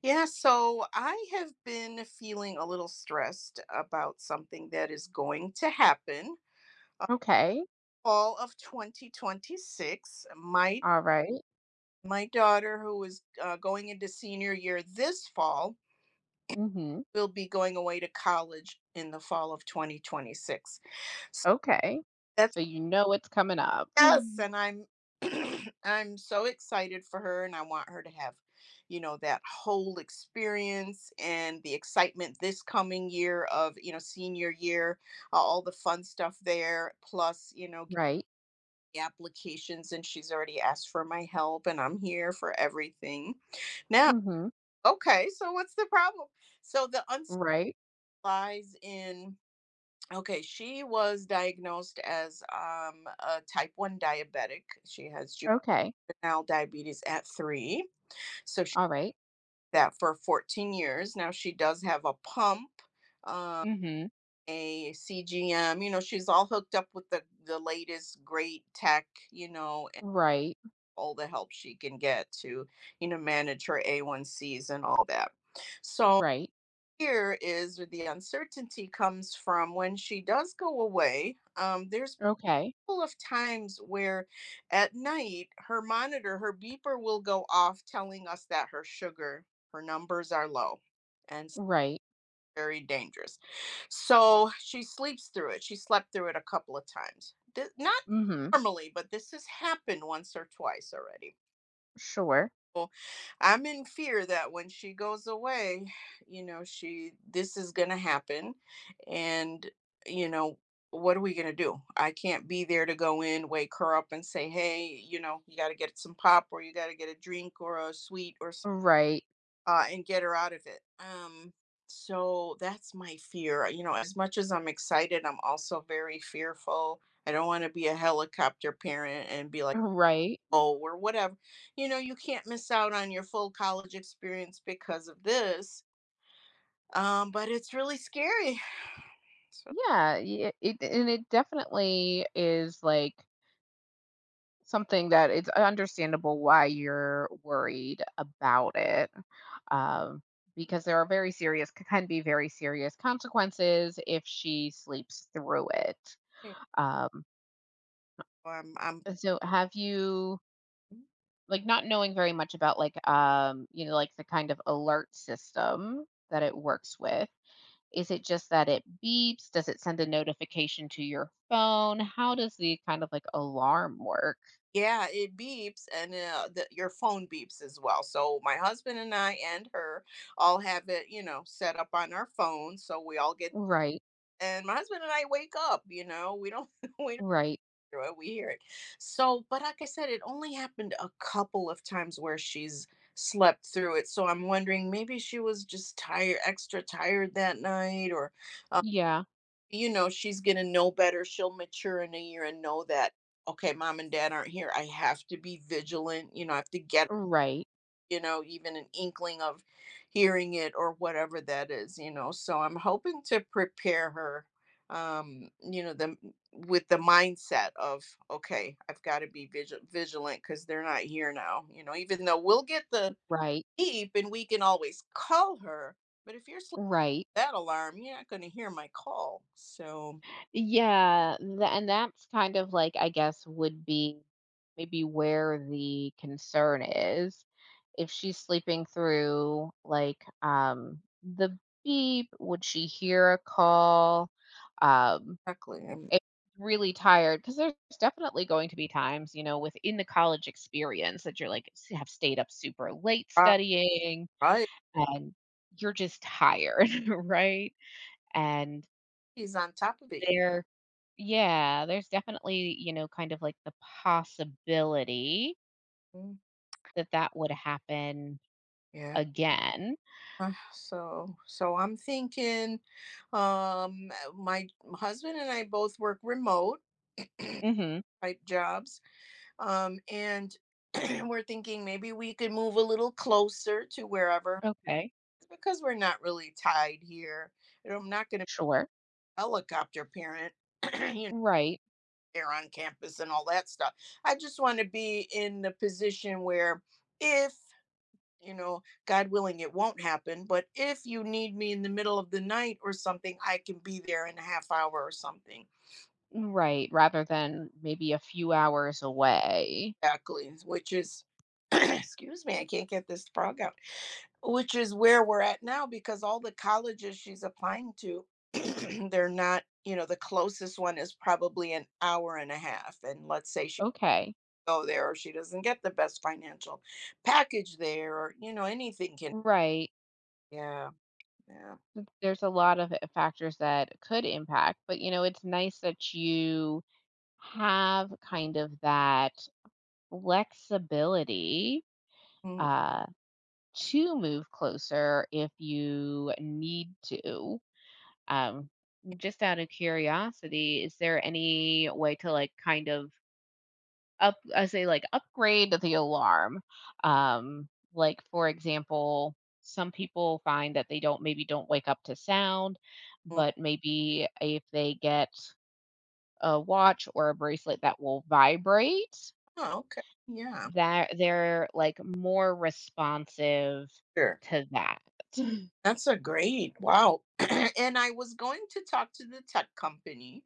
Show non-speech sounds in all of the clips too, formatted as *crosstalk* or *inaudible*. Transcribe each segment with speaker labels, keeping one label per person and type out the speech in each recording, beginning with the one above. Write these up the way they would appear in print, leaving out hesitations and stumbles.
Speaker 1: Yeah, so I have been feeling a little stressed about something that is going to happen. Uh,
Speaker 2: Okay.
Speaker 1: Fall of 2026, my
Speaker 2: All right.
Speaker 1: my daughter, who is going into senior year this fall,
Speaker 2: Mhm.
Speaker 1: will be going away to college in the fall of 2026.
Speaker 2: Okay. So you know it's coming up.
Speaker 1: Yes, and I'm *clears throat* I'm so excited for her and I want her to have, you know, that whole experience and the excitement this coming year of, you know, senior year, all the fun stuff there, plus, you know, get
Speaker 2: Right.
Speaker 1: the applications and she's already asked for my help and I'm here for everything. Now,
Speaker 2: Mhm.
Speaker 1: okay, so what's the problem? So the uncertainty
Speaker 2: Right.
Speaker 1: lies in okay, she was diagnosed as a type 1 diabetic. She has
Speaker 2: Okay.
Speaker 1: now diabetes at three. So she
Speaker 2: All right.
Speaker 1: did that for 14 years. Now she does have a pump, uh,
Speaker 2: Mhm.
Speaker 1: a CGM. You know, she's all hooked up with the latest great tech. You know, and
Speaker 2: Right.
Speaker 1: all the help she can get to you know manage her A1Cs and all that. So
Speaker 2: Right.
Speaker 1: here is where the uncertainty comes from when she does go away. There's
Speaker 2: Okay.
Speaker 1: couple of times where at night her monitor, her beeper will go off telling us that her sugar, her numbers are low and
Speaker 2: Right.
Speaker 1: very dangerous. So she sleeps through it. She slept through it a couple of times. Not
Speaker 2: Mhm.
Speaker 1: normally, but this has happened once or twice already
Speaker 2: Sure.
Speaker 1: people, I'm in fear that when she goes away, you know, she this is going to happen and you know, what are we going to do? I can't be there to go in, wake her up and say, "Hey, you know, you got to get some pop or you got to get a drink or a sweet or something
Speaker 2: Right.
Speaker 1: and get her out of it." So that's my fear. You know, as much as I'm excited, I'm also very fearful. I don't want to be a helicopter parent and be like
Speaker 2: Right.
Speaker 1: or whatever. You know, you can't miss out on your full college experience because of this. But it's really scary. *laughs* *sighs* So
Speaker 2: Yeah, it, and it definitely is like something that it's understandable why you're worried about it. um, because there are very serious can be very serious consequences if she sleeps through it.
Speaker 1: you
Speaker 2: Um,
Speaker 1: know, I'm
Speaker 2: and so have you like not knowing very much about like you know like the kind of alert system that it works with? Is it just that it beeps? Does it send a notification to your phone? How does the kind of like alarm work?
Speaker 1: yeah, it beeps and the, your phone beeps as well. So my husband and I and her all have it, you know, set up on our phone so we all get
Speaker 2: Right.
Speaker 1: and my husband and I wake up, you know. We don't *laughs* we
Speaker 2: Right.
Speaker 1: through it. We hear it. So, but like I said, it only happened a couple of times where she's slept through it. So I'm wondering maybe she was just tired, extra tired that night, or, uh,
Speaker 2: Yeah.
Speaker 1: you know, she's going to know better. She'll mature in a year and know that, okay, mom and dad aren't here. I have to be vigilant. You know, I have to get
Speaker 2: Right.
Speaker 1: you know, even an inkling of hearing it or whatever that is, you know. So I'm hoping to prepare her, you know, the with the mindset of okay, I've got to be vigilant because they're not here now, you know. Even though we'll get the
Speaker 2: Right.
Speaker 1: beep and we can always call her, but if you're sleeping
Speaker 2: Right.
Speaker 1: with that alarm, you're not going to hear my call. So
Speaker 2: Yeah, tha and that's kind of like, I guess, would be maybe where the concern is. If she's sleeping through, like, the beep, would she hear a call? Um,
Speaker 1: exactly, I'm
Speaker 2: if she's really tired 'cause there's definitely going to be times, you know, within the college experience that you're, like, s have stayed up super late studying,
Speaker 1: right.
Speaker 2: and you're just tired, *laughs* right? And
Speaker 1: He's on top of it.
Speaker 2: there yeah, there's definitely, you know, kind of like the possibility
Speaker 1: Mm,
Speaker 2: that that would happen
Speaker 1: yeah.
Speaker 2: again.
Speaker 1: So I'm thinking um uh, my husband and I both work remote
Speaker 2: Mhm.
Speaker 1: type jobs and *clears throat* we're thinking maybe we could move a little closer to wherever
Speaker 2: Okay.
Speaker 1: because we're not really tied here. You know, I'm not going to
Speaker 2: Sure.
Speaker 1: helicopter parent *clears throat* you know
Speaker 2: Right.
Speaker 1: there on campus and all that stuff I just want to be in the position where if you know, God willing, it won't happen. But if you need me in the middle of the night or something, I can be there in a half hour or something.
Speaker 2: Right, rather than maybe a few hours away.
Speaker 1: Exactly, which is, *clears throat* excuse me, I can't get this frog out, which is where we're at now because all the colleges she's applying to, *clears throat* they're not, you know, the closest one is probably an hour and a half. And let's say she
Speaker 2: Okay.
Speaker 1: go there or she doesn't get the best financial package there or, you know, anything can,
Speaker 2: Right.
Speaker 1: yeah, yeah.
Speaker 2: There's a lot of, factors that could impact, but, you know, it's nice that you have kind of that flexibility,
Speaker 1: Mm.
Speaker 2: uh to move closer if you need to. Um, just out of curiosity, is there any way to like kind of up, I say like upgrade the alarm? Like for example, some people find that they don't maybe don't wake up to sound,
Speaker 1: Mm.
Speaker 2: but maybe if they get a watch or a bracelet that will vibrate,
Speaker 1: Oh, okay. Yeah.
Speaker 2: that they're like more responsive
Speaker 1: Sure.
Speaker 2: to that. *laughs*
Speaker 1: That's a great wow. *clears throat* and I was going to talk to the tech company.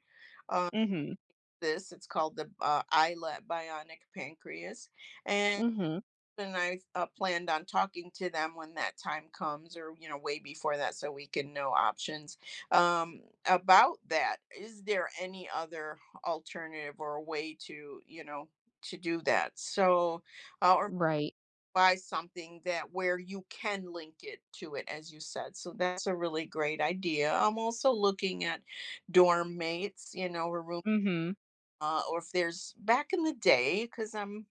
Speaker 1: Uh,
Speaker 2: hmm
Speaker 1: this it's called the iLab Bionic Pancreas, and
Speaker 2: Mhm.
Speaker 1: and I planned on talking to them when that time comes, or you know, way before that, so we can know options about that. Is there any other alternative or a way to you know to do that? So, or
Speaker 2: Right.
Speaker 1: buy something that where you can link it to it as you said so that's a really great idea I'm also looking at dorm mates you know or room
Speaker 2: Mhm.
Speaker 1: or if there's back in the day because i'm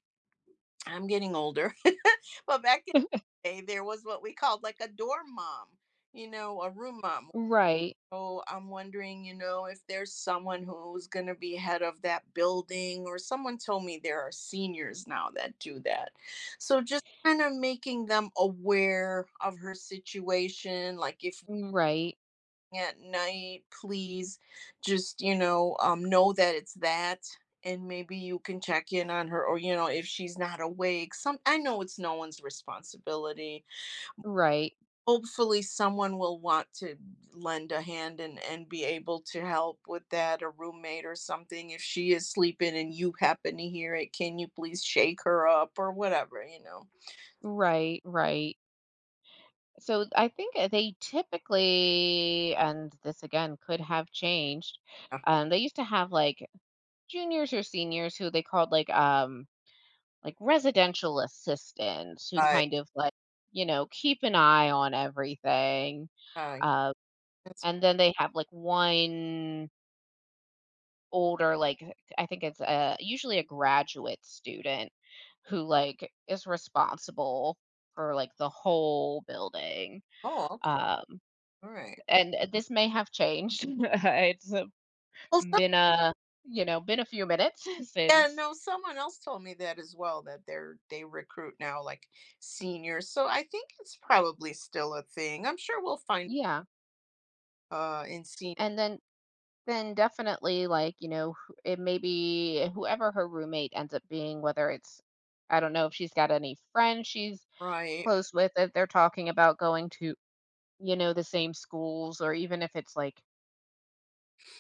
Speaker 1: i'm getting older *laughs* but back in the day there was what we called like a dorm mom you know a room mom.
Speaker 2: Right.
Speaker 1: So I'm wondering, you know, if there's someone who's going to be head of that building, or someone told me there are seniors now that do that. So just kind of making them aware of her situation. Like if
Speaker 2: Right.
Speaker 1: at night, please just, you know that it's that. And maybe you can check in on her, or, you know, if she's not awake. Some I know it's no one's responsibility
Speaker 2: Right.
Speaker 1: hopefully someone will want to lend a hand and be able to help with that a roommate or something if she is sleeping and you happen to hear it can you please shake her up or whatever you know.
Speaker 2: Right. Right. So I think they typically, and this again could have changed.
Speaker 1: Yeah.
Speaker 2: They used to have like juniors or seniors who they called like residential assistants who
Speaker 1: I
Speaker 2: kind of like you know keep an eye on everything.
Speaker 1: I
Speaker 2: Uh,
Speaker 1: that's
Speaker 2: and then they have like one older, like, I think it's, usually a graduate student who, like, is responsible for, like, the whole building,
Speaker 1: oh okay
Speaker 2: um,
Speaker 1: all right
Speaker 2: and this may have changed. *laughs* It's
Speaker 1: well some,
Speaker 2: been a you know, been a few minutes *laughs*
Speaker 1: yeah
Speaker 2: since
Speaker 1: no someone else told me that as well that they're they recruit now like seniors so I think it's probably still a thing I'm sure we'll find
Speaker 2: Yeah,
Speaker 1: in senior
Speaker 2: and then definitely, like, you know, wh it may be whoever her roommate ends up being, whether it's I don't know if she's got any friends she's
Speaker 1: right
Speaker 2: close with, if they're talking about going to you know, the same schools or even if it's like,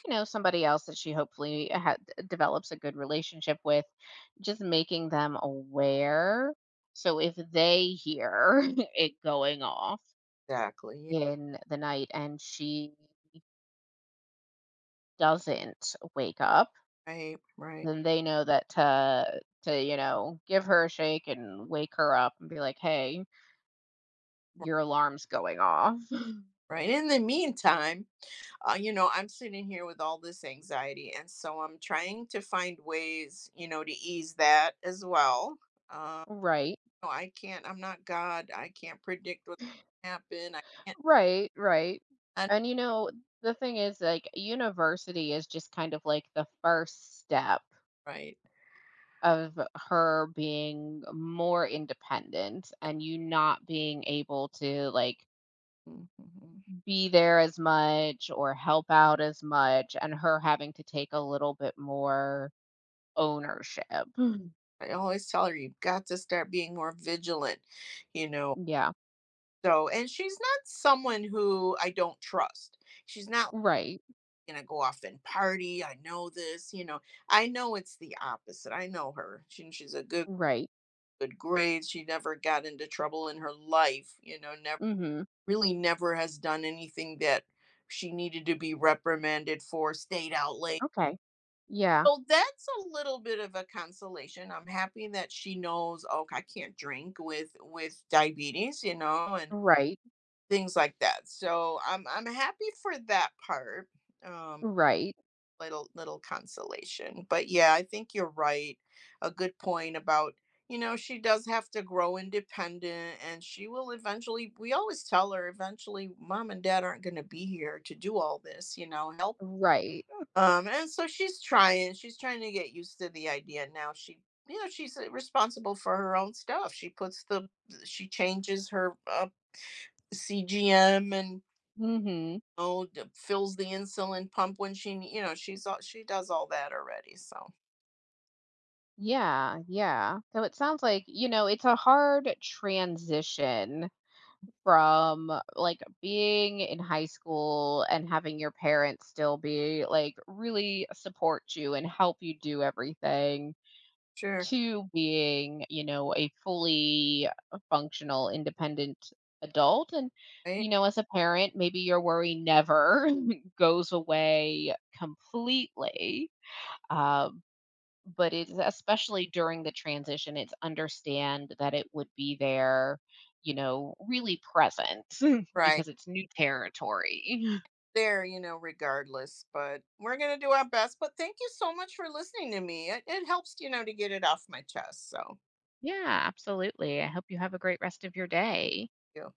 Speaker 2: you know, somebody else that she hopefully develops a good relationship with, just making them aware. So if they hear *laughs* it going off
Speaker 1: exactly
Speaker 2: in the night and she doesn't wake up,
Speaker 1: yeah, right right.
Speaker 2: then they know that to you know give her a shake and wake her up and be like, "Hey, your alarm's going off."
Speaker 1: Right. In the meantime, you know, I'm sitting here with all this anxiety. And so I'm trying to find ways, you know, to ease that as well. Uh,
Speaker 2: *laughs* Right?
Speaker 1: no, I can't, I'm not God. I can't predict what's going to happen. I can't,
Speaker 2: Right, right.
Speaker 1: I-
Speaker 2: And you know, the thing is, like, university is just kind of like the first step
Speaker 1: right.
Speaker 2: of her being more independent and you not being able to, like,
Speaker 1: Mhm.
Speaker 2: be there as much or help out as much, and her having to take a little bit more ownership. Mhm.
Speaker 1: I always tell her, you've got to start being more vigilant, you know.
Speaker 2: Yeah.
Speaker 1: So, and she's not someone who I don't trust. She's not
Speaker 2: Right,
Speaker 1: going to go off and party. I know this, you know. I know it's the opposite. I know her. She's a good
Speaker 2: right.
Speaker 1: good grades, she never got into trouble in her life, you know, never
Speaker 2: Mhm.
Speaker 1: really never has done anything that she needed to be reprimanded for, stayed out late.
Speaker 2: Okay. Yeah.
Speaker 1: So that's a little bit of a consolation. I'm happy that she knows, oh, I can't drink with diabetes, you know, and
Speaker 2: Right,
Speaker 1: things like that. So I'm happy for that part. Um
Speaker 2: right,
Speaker 1: little little consolation. But yeah, I think you're right. A good point about, you know, she does have to grow independent and she will eventually we always tell her eventually mom and dad aren't going to be here to do all this, you know, help.
Speaker 2: right.
Speaker 1: And so she's trying to get used to the idea now she you know, she's responsible for her own stuff. She puts the she changes her CGM and
Speaker 2: Mhm.
Speaker 1: oh, fills the insulin pump when she, you know, she's all, she does all that already. So
Speaker 2: Yeah, yeah. So it sounds like, you know, it's a hard transition from like being in high school and having your parents still be like really support you and help you do everything
Speaker 1: sure.
Speaker 2: to being, you know, a fully functional, independent adult. And,
Speaker 1: Right.
Speaker 2: you know, as a parent, maybe your worry never *laughs* goes away completely. Um, but it's especially during the transition, it's understand that it would be there, you know, really present *laughs*
Speaker 1: Right.
Speaker 2: because it's new territory. *laughs*
Speaker 1: There, you know, regardless, but we're going to do our best. But thank you so much for listening to me. It helps, you know, to get it off my chest. So,
Speaker 2: Yeah, absolutely. I hope you have a great rest of your day.
Speaker 1: you.